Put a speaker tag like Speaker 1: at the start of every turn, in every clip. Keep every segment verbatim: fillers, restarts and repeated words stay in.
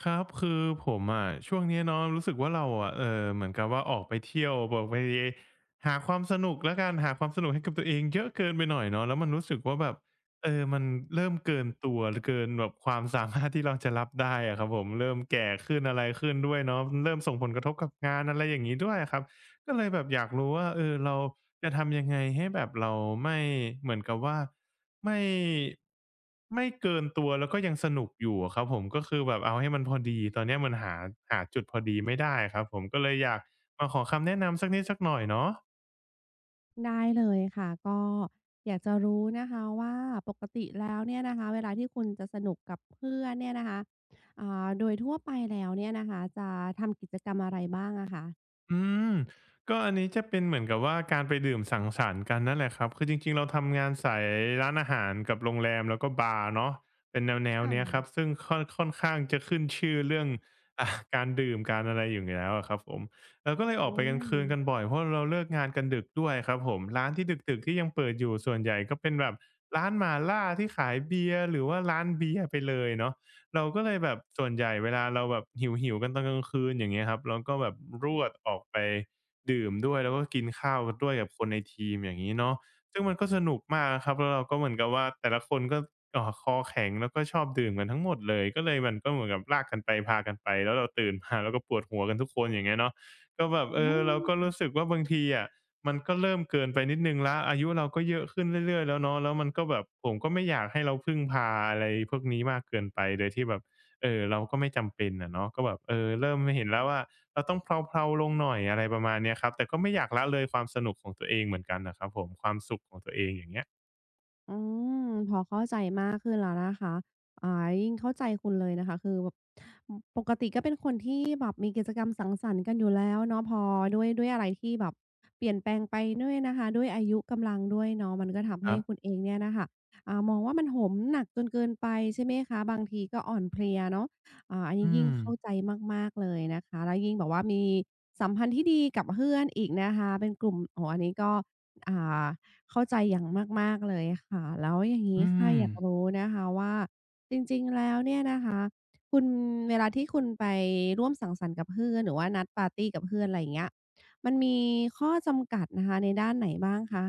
Speaker 1: ครับคือผมอะช่วงเนี้ยเนาะรู้สึกว่าเราอะเอ่อเหมือนกับว่าออกไปเที่ยวบอกไปหาความสนุกแล้วกันหาความสนุกให้กับตัวเองเยอะเกินไปหน่อยเนาะแล้วมันรู้สึกว่าแบบเออมันเริ่มเกินตัวเกินแบบความสามารถที่เราจะรับได้อะครับผมเริ่มแก่ขึ้นอะไรขึ้นด้วยเนาะเริ่มส่งผลกระทบกับงานอะไรอย่างงี้ด้วยอะครับก็เลยแบบอยากรู้ว่าเออเราจะทำยังไงให้แบบเราไม่เหมือนกับว่า ไม่ไม่เกินตัวแล้วก็ยังสนุกอยู่อะครับผมก็คือแบบเอาให้มันพอดีตอนเนี้ยมันหาหาจุดพอดีไม่ได้ครับผมก็เลยอยากมาขอคำแนะนำสักนิดสักหน่อยเนาะ
Speaker 2: ได้เลยค่ะก็อยากจะรู้นะคะว่าปกติแล้วเนี่ยนะคะเวลาที่คุณจะสนุกกับเพื่อนเนี่ยนะคะอ่าโดยทั่วไปแล้วเนี่ยนะคะจะทำกิจกรรมอะไรบ้างอะคะ
Speaker 1: อืมก็อันนี้จะเป็นเหมือนกับว่าการไปดื่มสังสรรค์กันนั่นแหละครับคือจริงๆเราทำงานสายร้านอาหารกับโรงแรมแล้วก็บาร์เนาะเป็นแน
Speaker 2: ค
Speaker 1: วๆเนี้ยครับ
Speaker 2: ่ะ
Speaker 1: ซึ่งค่อนค่อนข้างจะขึ้นชื่อเรื่องอ่าการดื่มการอะไรอยู่แล้วอะครับผมเราก็เลยออ
Speaker 2: อื
Speaker 1: กไปกลางคืนกัน
Speaker 2: ม
Speaker 1: บ่อยเพราะเราเลิกงานกันดึกด้วยครับผมร้านที่ดึกๆที่ยังเปิดอยู่ส่วนใหญ่ก็เป็นแบบร้านหม่าล่าที่ขายเบียร์หรือว่าร้านเบียร์ไปเลยเนาะ เราก็เลยแบบส่วนใหญ่เวลาเราแบบหิวๆกันตอนกลางคืนอย่างเงี้ยครับเราก็แบบรวดออกไปดื่มด้วยแล้วก็กินข้าวกันด้วยกับคนในทีมอย่างนี้เนาะซึ่งมันก็สนุกมากครับแล้วเราก็เหมือนกับว่าแต่ละคนก็เอ่อคอแข็งแล้วก็ชอบดื่มกันทั้งหมดเลยก็เลยมันก็เหมือนกับลากกันไปพากันไปแล้วเราตื่นมาเราก็ปวดหัวกันทุกคนอย่างเงี้ยเนาะก็แบบเอ
Speaker 2: อื
Speaker 1: อเรา
Speaker 2: ม
Speaker 1: ก็รู้สึกว่าบางทีอะ มันก็เริ่มเกินไปนิดหนึ่งแล้วอายุเราก็เยอะขึ้นเรื่อยๆแล้วเนาะแล้วมันก็แบบผมก็ไม่อยากให้เราพึ่งพาอะไรพวกนี้มากเกินไปโดยที่แบบเอ่อเราก็ไม่จำเป็นอะเนาะก็แบบเออเริ่มเห็นแล้วว่าเราต้องเพลาๆลงหน่อยอะไรประมาณเนี้ยครับแต่ก็ไม่อยากละเลยความสนุกของตัวเองเหมือนกันน่ะครับผมความสุขของตัวเองอย่างเงี้ย
Speaker 2: อืมพอเข้าใจมากขึ้นแล้วนะคะอ่ายิ่งเข้าใจคุณเลยนะคะคือแบบปกติก็เป็นคนที่แบบมีกิจกรรมสังสรรค์กันอยู่แล้วเนาะพอด้วยด้วยอะไรที่แบบเปลี่ยนแปลงไปด้วยนะคะด้วยอายุกำลังด้วยเนาะมันก็ทำ
Speaker 1: ครั
Speaker 2: ให้
Speaker 1: บ
Speaker 2: คุณเองเนี่ยน่ะค่ะอ่ามองว่ามันโหมหนักจนเกินไปใช่ไหมคะบางทีก็อ่อนเพลียเนาะอ่าอันนี้
Speaker 1: อื
Speaker 2: ยิ่ง
Speaker 1: ม
Speaker 2: เข้าใจมากๆเลยนะคะแล้วยิ่งแบบว่ามีสัมพันธ์ที่ดีกับเพื่อนอีกนะคะเป็นกลุ่มโอ้โฮอันนี้ก็อ่า เข้าใจอย่างมากๆเลยค่ะแล้วอย่างงี้
Speaker 1: อื
Speaker 2: ค่ะ
Speaker 1: ม
Speaker 2: อยากรู้นะคะว่าจริงๆแล้วเนี่ยนะคะคุณเวลาที่คุณไปร่วมสังสรรค์กับเพื่อนหรือว่านัดปาร์ตีกับเพื่อนอะไรอย่างเงี้ยมันมีข้อจำกัดนะคะในด้านไหนบ้างคะ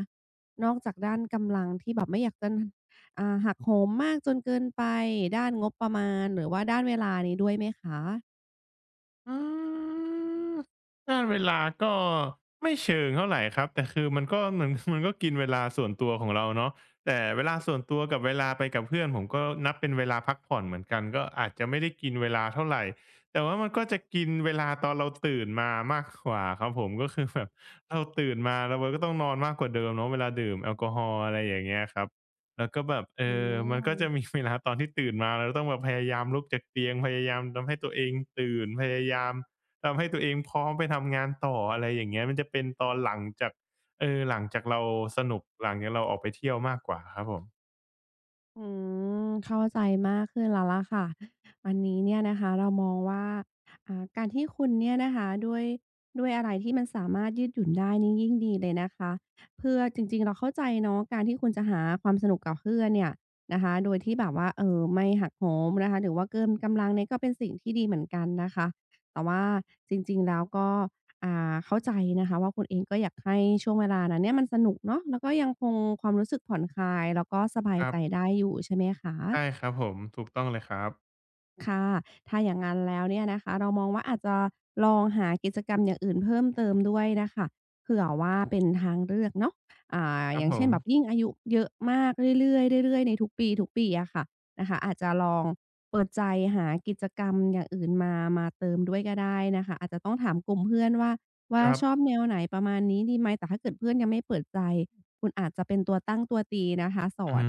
Speaker 2: นอกจากด้านกำลังที่แบบไม่อยากจะ นอ่าหักโหมมากจนเกินไปด้านงบประมาณหรือว่าด้านเวลานี้ด้วยไหมคะ
Speaker 1: อืมด้านเวลาก็ไม่เชิงเท่าไหร่ครับแต่คือมันก็มัน มันก็กินเวลาส่วนตัวของเราเนาะแต่เวลาส่วนตัวกับเวลาไปกับเพื่อนผมก็นับเป็นเวลาพักผ่อนเหมือนกันก็อาจจะไม่ได้กินเวลาเท่าไหร่แต่ว่ามันก็จะกินเวลาตอนเราตื่นมามากกว่าครับผมก็คือแบบ เราตื่นมาแล้วมันก็ต้องนอนมากกว่าเดิมเนาะเวลาดื่มแอลกอฮอล์อะไรอย่างเงี้ยครับ แล้วก็แบบเอ
Speaker 2: อื
Speaker 1: อมันก็จะมี
Speaker 2: ม
Speaker 1: เวลาตอนที่ตื่นมาเราต้องแบบพยายามลุกจากเตียงพยายามทำให้ตัวเองตื่นพยายามทำให้ตัวเองพร้อมไปทำงานต่ออะไรอย่างเงี้ยมันจะเป็นตอนหลังจากเออหลังจากเราสนุกหลังจากเราออกไปเที่ยวมากกว่าครับผม
Speaker 2: อืมเข้าใจมากขึ้นแล้วล่ะค่ะอันนี้เนี่ยนะคะเรามองว่าอ่าการที่คุณเนี่ยนะคะด้วยด้วยอะไรที่มันสามารถยืดหยุ่นได้นี่ยิ่งดีเลยนะคะเพื่อจริงๆเราเข้าใจเนาะการที่คุณจะหาความสนุกกับเพื่อนเนี่ยนะคะโดยที่แบบว่าเอ่อไม่หักโหมนะคะหรือว่าเกินกำลังเนี่ยก็เป็นสิ่งที่ดีเหมือนกันนะคะแต่ว่าจริงๆแล้วก็ อ่าเข้าใจนะคะว่าคุณเองก็อยากให้ช่วงเวลานั้นเนี่ยมันสนุกเนาะแล้วก็ยังคงความรู้สึกผ่อนคลายแล้วก็สบาย
Speaker 1: ครั
Speaker 2: ใจ
Speaker 1: บ
Speaker 2: ได้อยู่ใช่ไหมคะ
Speaker 1: ใช่ครับผมถูกต้องเลยครับ
Speaker 2: ค่ะถ้าอย่างนั้นแล้วเนี่ยนะคะเรามองว่าอาจจะลองหากิจกรรมอย่างอื่นเพิ่มเติมด้วยน่ะค่ะเผื่อว่าเป็นทางเลือกเนาะอ่า
Speaker 1: ครั
Speaker 2: อ
Speaker 1: บ
Speaker 2: ย่า
Speaker 1: ผ
Speaker 2: งเช่
Speaker 1: ม
Speaker 2: นแบบยิ่งอายุเยอะมากเรื่อยๆเรื่อยๆในทุกปีทุกปีอะค่ะนะคะอาจจะลองเปิดใจหากิจกรรมอย่างอื่นมามาเติมด้วยก็ได้นะคะอาจจะต้องถามกลุ่มเพื่อนว่า
Speaker 1: ค
Speaker 2: ว่า
Speaker 1: รับ
Speaker 2: ชอบแนวไหนประมาณนี้ดีไหมแต่ถ้าเกิดเพื่อนยังไม่เปิดใจคุณอาจจะเป็นตัวตั้งตัวตีนะคะสอ
Speaker 1: อื
Speaker 2: น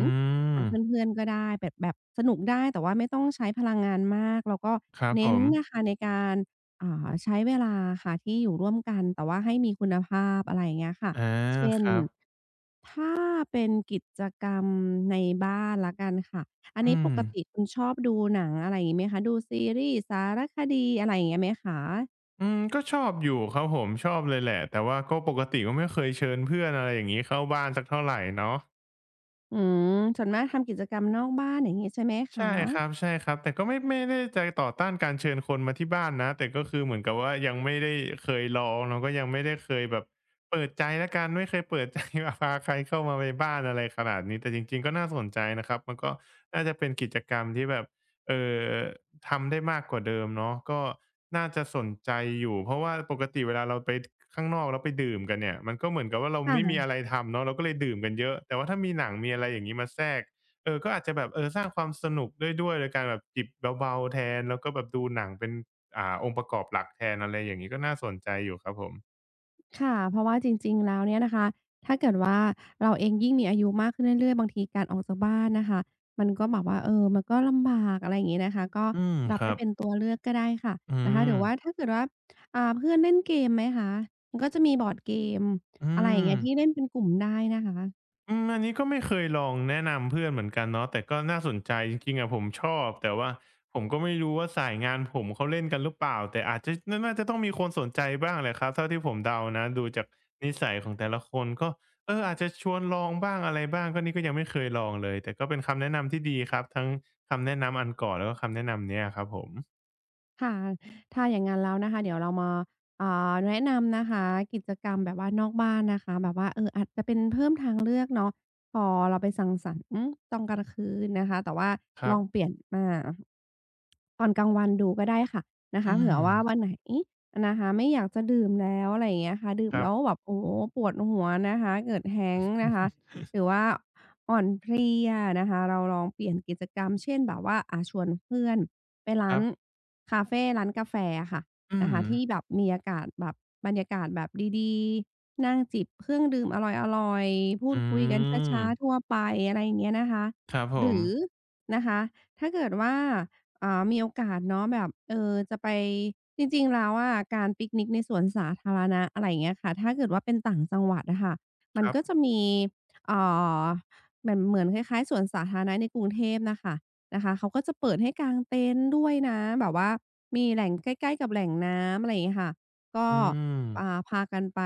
Speaker 2: หา
Speaker 1: ม
Speaker 2: เพื่อนๆก็ได้แบบแบบสนุกได้แต่ว่าไม่ต้องใช้พลังงานมากแล้วก็
Speaker 1: ครับผ
Speaker 2: เน้น
Speaker 1: ม
Speaker 2: เนะคะในการอ่าใช้เวลาค่ะที่อยู่ร่วมกันแต่ว่าให้มีคุณภาพอะไรอย่างเงี้ยค่ะ
Speaker 1: อา
Speaker 2: เช่
Speaker 1: ค
Speaker 2: น
Speaker 1: รับ
Speaker 2: ถ้าเป็นกิจกรรมในบ้านแล้วกันค่ะอัน
Speaker 1: อื
Speaker 2: นี้ป
Speaker 1: ม
Speaker 2: กติคุณชอบดูหนังอะไรอย่างงี้ไหมคะดูซีรีส์สารคดีอะไรอย่างเงี้ยไหมคะ
Speaker 1: อืมก็ชอบอยู่ครับผมชอบเลยแหละแต่ว่าก็ปกติก็ไม่เคยเชิญเพื่อนอะไรอย่างงี้เข้าบ้านสักเท่าไรเนาะ
Speaker 2: อืมส่วนมากทำกิจกรรมนอกบ้านอย่างงี้ใช่ไหมคะ
Speaker 1: ใช่ครับใช่ครับแต่ก็ไม่ไม่ได้จะต่อต้านการเชิญคนมาที่บ้านนะแต่ก็คือเหมือนกับว่ายังไม่ได้เคยลองเราก็ยังไม่ได้เคยแบบเปิดใจแล้วกันไม่เคยเปิดใจว่าพาใครเข้ามาในบ้านอะไรขนาดนี้แต่จริงๆก็น่าสนใจนะครับมันก็น่าจะเป็นกิจกรรมที่แบบเอ่อทำได้มากกว่าเดิมเนาะก็น่าจะสนใจอยู่เพราะว่าปกติเวลาเราไปข้างนอกแล้วไปดื่มกันเนี่ยมันก็เหมือนกับว่าเราไม่มี
Speaker 2: ค่ะ
Speaker 1: อะไรทำเนาะเราก็เลยดื่มกันเยอะแต่ว่าถ้ามีหนังมีอะไรอย่างงี้มาแทรก เออก็อาจจะแบบเออสร้างความสนุกได้ด้วยโดยการแบบจิบเบาๆแทนแล้วก็แบบดูหนังเป็นอ่าองค์ประกอบหลักแทนอะไรอย่างงี้ก็น่าสนใจอยู่ครับผม
Speaker 2: ค่ะเพราะว่าจริงๆ แล้วเนี่ยนะคะถ้าเกิดว่าเราเองยิ่งมีอายุมากขึ้นเรื่อยๆบางทีการออกจากบ้านนะคะมันก็แบบว่าเออมันก็ลำบากอะไรอย่างงี้นะคะก็
Speaker 1: อืม
Speaker 2: รั
Speaker 1: ค
Speaker 2: บ
Speaker 1: รั
Speaker 2: ไว้
Speaker 1: บ
Speaker 2: เป็นตัวเลือกก็ได้ค่ะ
Speaker 1: อื
Speaker 2: นะคะหรื
Speaker 1: ม
Speaker 2: อว่าถ้าเกิดว่าอ่าเพื่อนเล่นเกมไหมคะมันก็จะมีบอร์ดเกม
Speaker 1: อื
Speaker 2: อะไรอย่าง
Speaker 1: ม
Speaker 2: เงี้ยที่เล่นเป็นกลุ่มได้นะคะ
Speaker 1: อืมอันนี้ก็ไม่เคยลองแนะนำเพื่อนเหมือนกันเนาะแต่ก็น่าสนใจจริงๆอะผมชอบแต่ว่าผมก็ไม่รู้ว่าสายงานผมเขาเล่นกันหรือเปล่าแต่อาจจะน่าน่าจะต้องมีคนสนใจบ้างแหละครับเท่าที่ผมเดานะดูจากนิสัยของแต่ละคนก็เอออาจจะชวนลองบ้างอะไรบ้างก็นี่ก็ยังไม่เคยลองเลยแต่ก็เป็นคำแนะนำที่ดีครับทั้งคำแนะนำอันก่อนแล้วก็คำแนะนำเนี้ยอะครับผม
Speaker 2: ค่ะถ้าอย่างงั้นแล้วนะคะเดี๋ยวเรามาอ่าแนะนำนะคะกิจกรรมแบบว่านอกบ้านนะคะแบบว่าเอออาจจะเป็นเพิ่มทางเลือกเนาะพอเราไปสังสรรค์ตอนกลางคืนนะคะแต่ว่า
Speaker 1: ครั
Speaker 2: ลอง
Speaker 1: บ
Speaker 2: เปลี่ยนมาตอนกลางวันดูก็ได้ค่ะนะคะ
Speaker 1: อื
Speaker 2: เผื่อ
Speaker 1: ม
Speaker 2: ว่าวันไหนนะคะไม่อยากจะดื่มแล้วอะไรอย่างเงี้ยค่ะดื่ม
Speaker 1: ครั
Speaker 2: แล้ว
Speaker 1: บ
Speaker 2: แบบโอ้โฮปวดหัวนะคะเกิด แฮงโอเวอร์ นะคะหรือว่าอ่อนเพลียนะคะเราลองเปลี่ยนกิจกรรมเช่นแบบว่าอ่าชวนเพื่อน ไป
Speaker 1: ค
Speaker 2: ร้า
Speaker 1: รั
Speaker 2: น
Speaker 1: บ
Speaker 2: คาเฟร้านกาแฟอะค่ะ
Speaker 1: อื
Speaker 2: นะ
Speaker 1: ม
Speaker 2: คะที่แบบมีอากาศแบบบรรยากาศแบบดีๆนั่งจิบเครื่องดื่มอร่อยๆพูด
Speaker 1: อื
Speaker 2: คุยกัน
Speaker 1: ม
Speaker 2: ช้าๆทั่วไปอะไรอย่างเงี้ยนะคะ
Speaker 1: ครับผ
Speaker 2: ห
Speaker 1: ม
Speaker 2: รือนะคะถ้าเกิดว่าอ่ามีโอกาสเนาะแบบเอ่อจะไปจริงๆแล้วอะการปิกนิกในสวนสาธารณะอะไรอย่างเงี้ยค่ะถ้าเกิดว่าเป็นต่างจังหวัดอะค่ะมั
Speaker 1: ค
Speaker 2: น
Speaker 1: รั
Speaker 2: ก็จะ
Speaker 1: บ
Speaker 2: มีเอ่อเหมือนเหมือนคล้ายๆสวนสาธารณะในกรุงเทพน่ะค่ะ นะคะเขาก็จะเปิดให้กางเต็นท์ด้วยนะแบบว่ามีแหล่งใกล้ๆกับแหล่งน้ำอะไรอย่างงี้ค่ะก็
Speaker 1: อืม
Speaker 2: อ่าพากันไป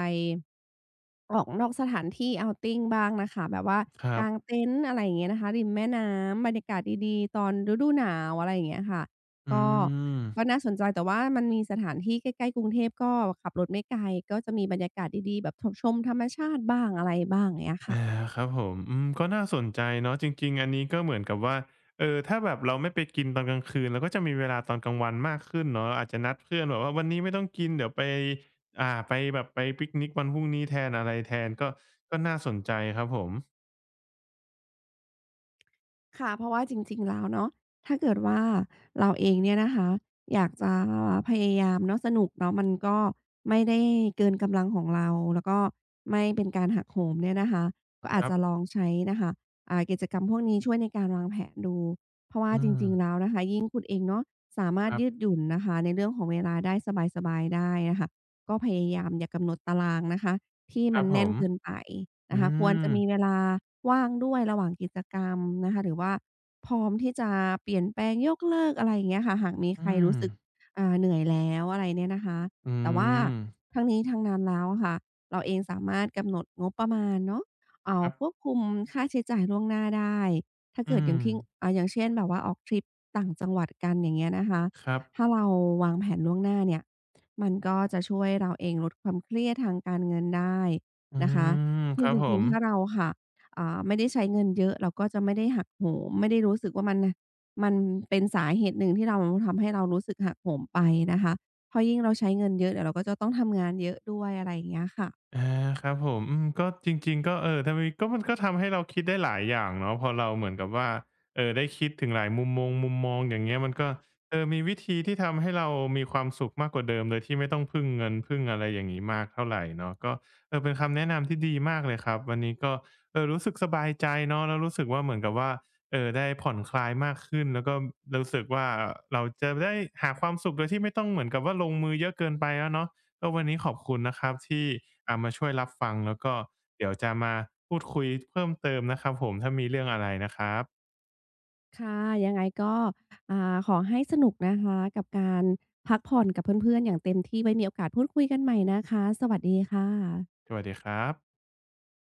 Speaker 2: ออกนอกสถานที่ outing บ้างนะคะแบบว่า
Speaker 1: ครับ
Speaker 2: กางเต็นท์อะไรอย่างเงี้ยนะคะริมแม่น้ำบรรยากาศดีๆตอนฤดูหนาวอะไรอย่างเงี้ยค่ะ
Speaker 1: อื
Speaker 2: ก็
Speaker 1: ม
Speaker 2: ก็น่าสนใจแต่ว่ามันมีสถานที่ใกล้ๆกรุงเทพก็ขับรถไม่ไกลก็จะมีบรรยากาศดีๆแบบถชมธรรมชาติบ้างอะไรบ้างอย่างเงี้ยค่ะ
Speaker 1: อาครับผมอืมก็น่าสนใจเนาะจริงๆอันนี้ก็เหมือนกับว่า เออถ้าแบบเราไม่ไปกินตอนกลางคืนเราก็จะมีเวลาตอนกลางวันมากขึ้นเนาะ อาจจะนัดเพื่อนแบบว่าวันนี้ไม่ต้องกินเดี๋ยวไปอ่าไปแบบไปปิกนิกวันพรุ่งนี้แทนอะไรแทนก็ก็น่าสนใจครับผม
Speaker 2: ค่ะเพราะว่าจริงๆแล้วเนาะถ้าเกิดว่าเราเองเนี่ยนะคะอยากจะพยายามเนาะสนุกเนาะมันก็ไม่ได้เกินกำลังของเราแล้วก็ไม่เป็นการหักโหมเนี่ยนะคะก็
Speaker 1: ค
Speaker 2: อาจ
Speaker 1: รับ
Speaker 2: จะลองใช้นะคะอ่ากิจกรรมพวกนี้ช่วยในการวางแผนดูเพราะว่า
Speaker 1: อื
Speaker 2: จ
Speaker 1: ม
Speaker 2: ริงๆแล้วนะคะยิ่งคุณเองเนาะสามา
Speaker 1: ค
Speaker 2: รถ
Speaker 1: รั
Speaker 2: ยืด
Speaker 1: บ
Speaker 2: หยุ่นนะคะในเรื่องของเวลาได้สบายๆได้นะคะก็พยายามอย่ากำหนดตารางนะคะ ที่
Speaker 1: ครั
Speaker 2: มั
Speaker 1: บ
Speaker 2: น
Speaker 1: ผ
Speaker 2: แน่น
Speaker 1: ม
Speaker 2: เกินไปนะ
Speaker 1: อื
Speaker 2: คะควร
Speaker 1: ม
Speaker 2: จะมีเวลาว่างด้วยระหว่างกิจกรรมนะคะหรือว่าพร้อมที่จะเปลี่ยนแปลงยกเลิกอะไรอย่างเงี้ยค่ะหากมี
Speaker 1: อื
Speaker 2: ใคร
Speaker 1: ม
Speaker 2: รู้สึกอ่าเหนื่อยแล้วอะไรเนี่ยนะคะ
Speaker 1: อื
Speaker 2: แต่ว่า
Speaker 1: ม
Speaker 2: ทั้งนี้ทั้งนั้นแล้วอะค่ะเราเองสามารถกำหนดงบประมาณเนาะเอ่
Speaker 1: ค
Speaker 2: อ
Speaker 1: รับ
Speaker 2: ควบคุมค่าใช้จ่ายล่วงหน้าได้ถ้า
Speaker 1: อื
Speaker 2: เกิดอ
Speaker 1: ม
Speaker 2: ย่างที่อ่าอย่างเช่นแบบว่าออกทริปต่างจังหวัดกันอย่างเงี้ยนะคะ
Speaker 1: ครับ
Speaker 2: ถ้าเราวางแผนล่วงหน้าเนี่ย มันก็จะช่วยเราเองลดความเครียดทางการเงินได้
Speaker 1: อื
Speaker 2: นะคะ
Speaker 1: มค
Speaker 2: ซึ่ง
Speaker 1: รับ
Speaker 2: จ
Speaker 1: ผ
Speaker 2: ริง
Speaker 1: ม
Speaker 2: ๆ ถ้าเราค่ะอ่าไม่ได้ใช้เงินเยอะเราก็จะไม่ได้หักโหมไม่ได้รู้สึกว่ามันมันเป็นสาเหตุหนึ่งที่เราทำให้เรารู้สึกหักโหมไปนะคะเพราะยิ่งเราใช้เงินเยอะเดี๋ยวเราก็จะต้องทำงานเยอะด้วยอะไรอย่างเงี้ยค่ะ
Speaker 1: อาครับผมอืมก็จริงๆก็เออทำไมก็มันก็ทำให้เราคิดได้หลายอย่างเนาะพอเราเหมือนกับว่าเออได้คิดถึงหลายมุมมงมุมมองอย่างเงี้ยมันก็เออมีวิธีที่ทำให้เรามีความสุขมากกว่าเดิมโดยที่ไม่ต้องพึ่งเงินพึ่งอะไรอย่างงี้มากเท่าไรเนาะก็เออเป็นคำแนะนำที่ดีมากเลยครับวันนี้ก็เออรู้สึกสบายใจเนาะแล้วรู้สึกว่าเหมือนกับว่าเออได้ผ่อนคลายมากขึ้นแล้วก็รู้สึกว่าเราจะได้หาความสุขโดยที่ไม่ต้องเหมือนกับว่าลงมือเยอะเกินไปแล้วเนาะ ก็วันนี้ขอบคุณนะครับที่อ่ามาช่วยรับฟังแล้วก็เดี๋ยวจะมาพูดคุยเพิ่มเติมนะครับผมถ้ามีเรื่องอะไรนะครับ
Speaker 2: ค่ะยังไงก็อ่าขอให้สนุกนะคะกับการพักผ่อนกับเพื่อนๆอย่างเต็มที่ไว้มีโอกาสพูดคุยกันใหม่นะคะสวัสดีค่ะ
Speaker 1: สวัสดีครับ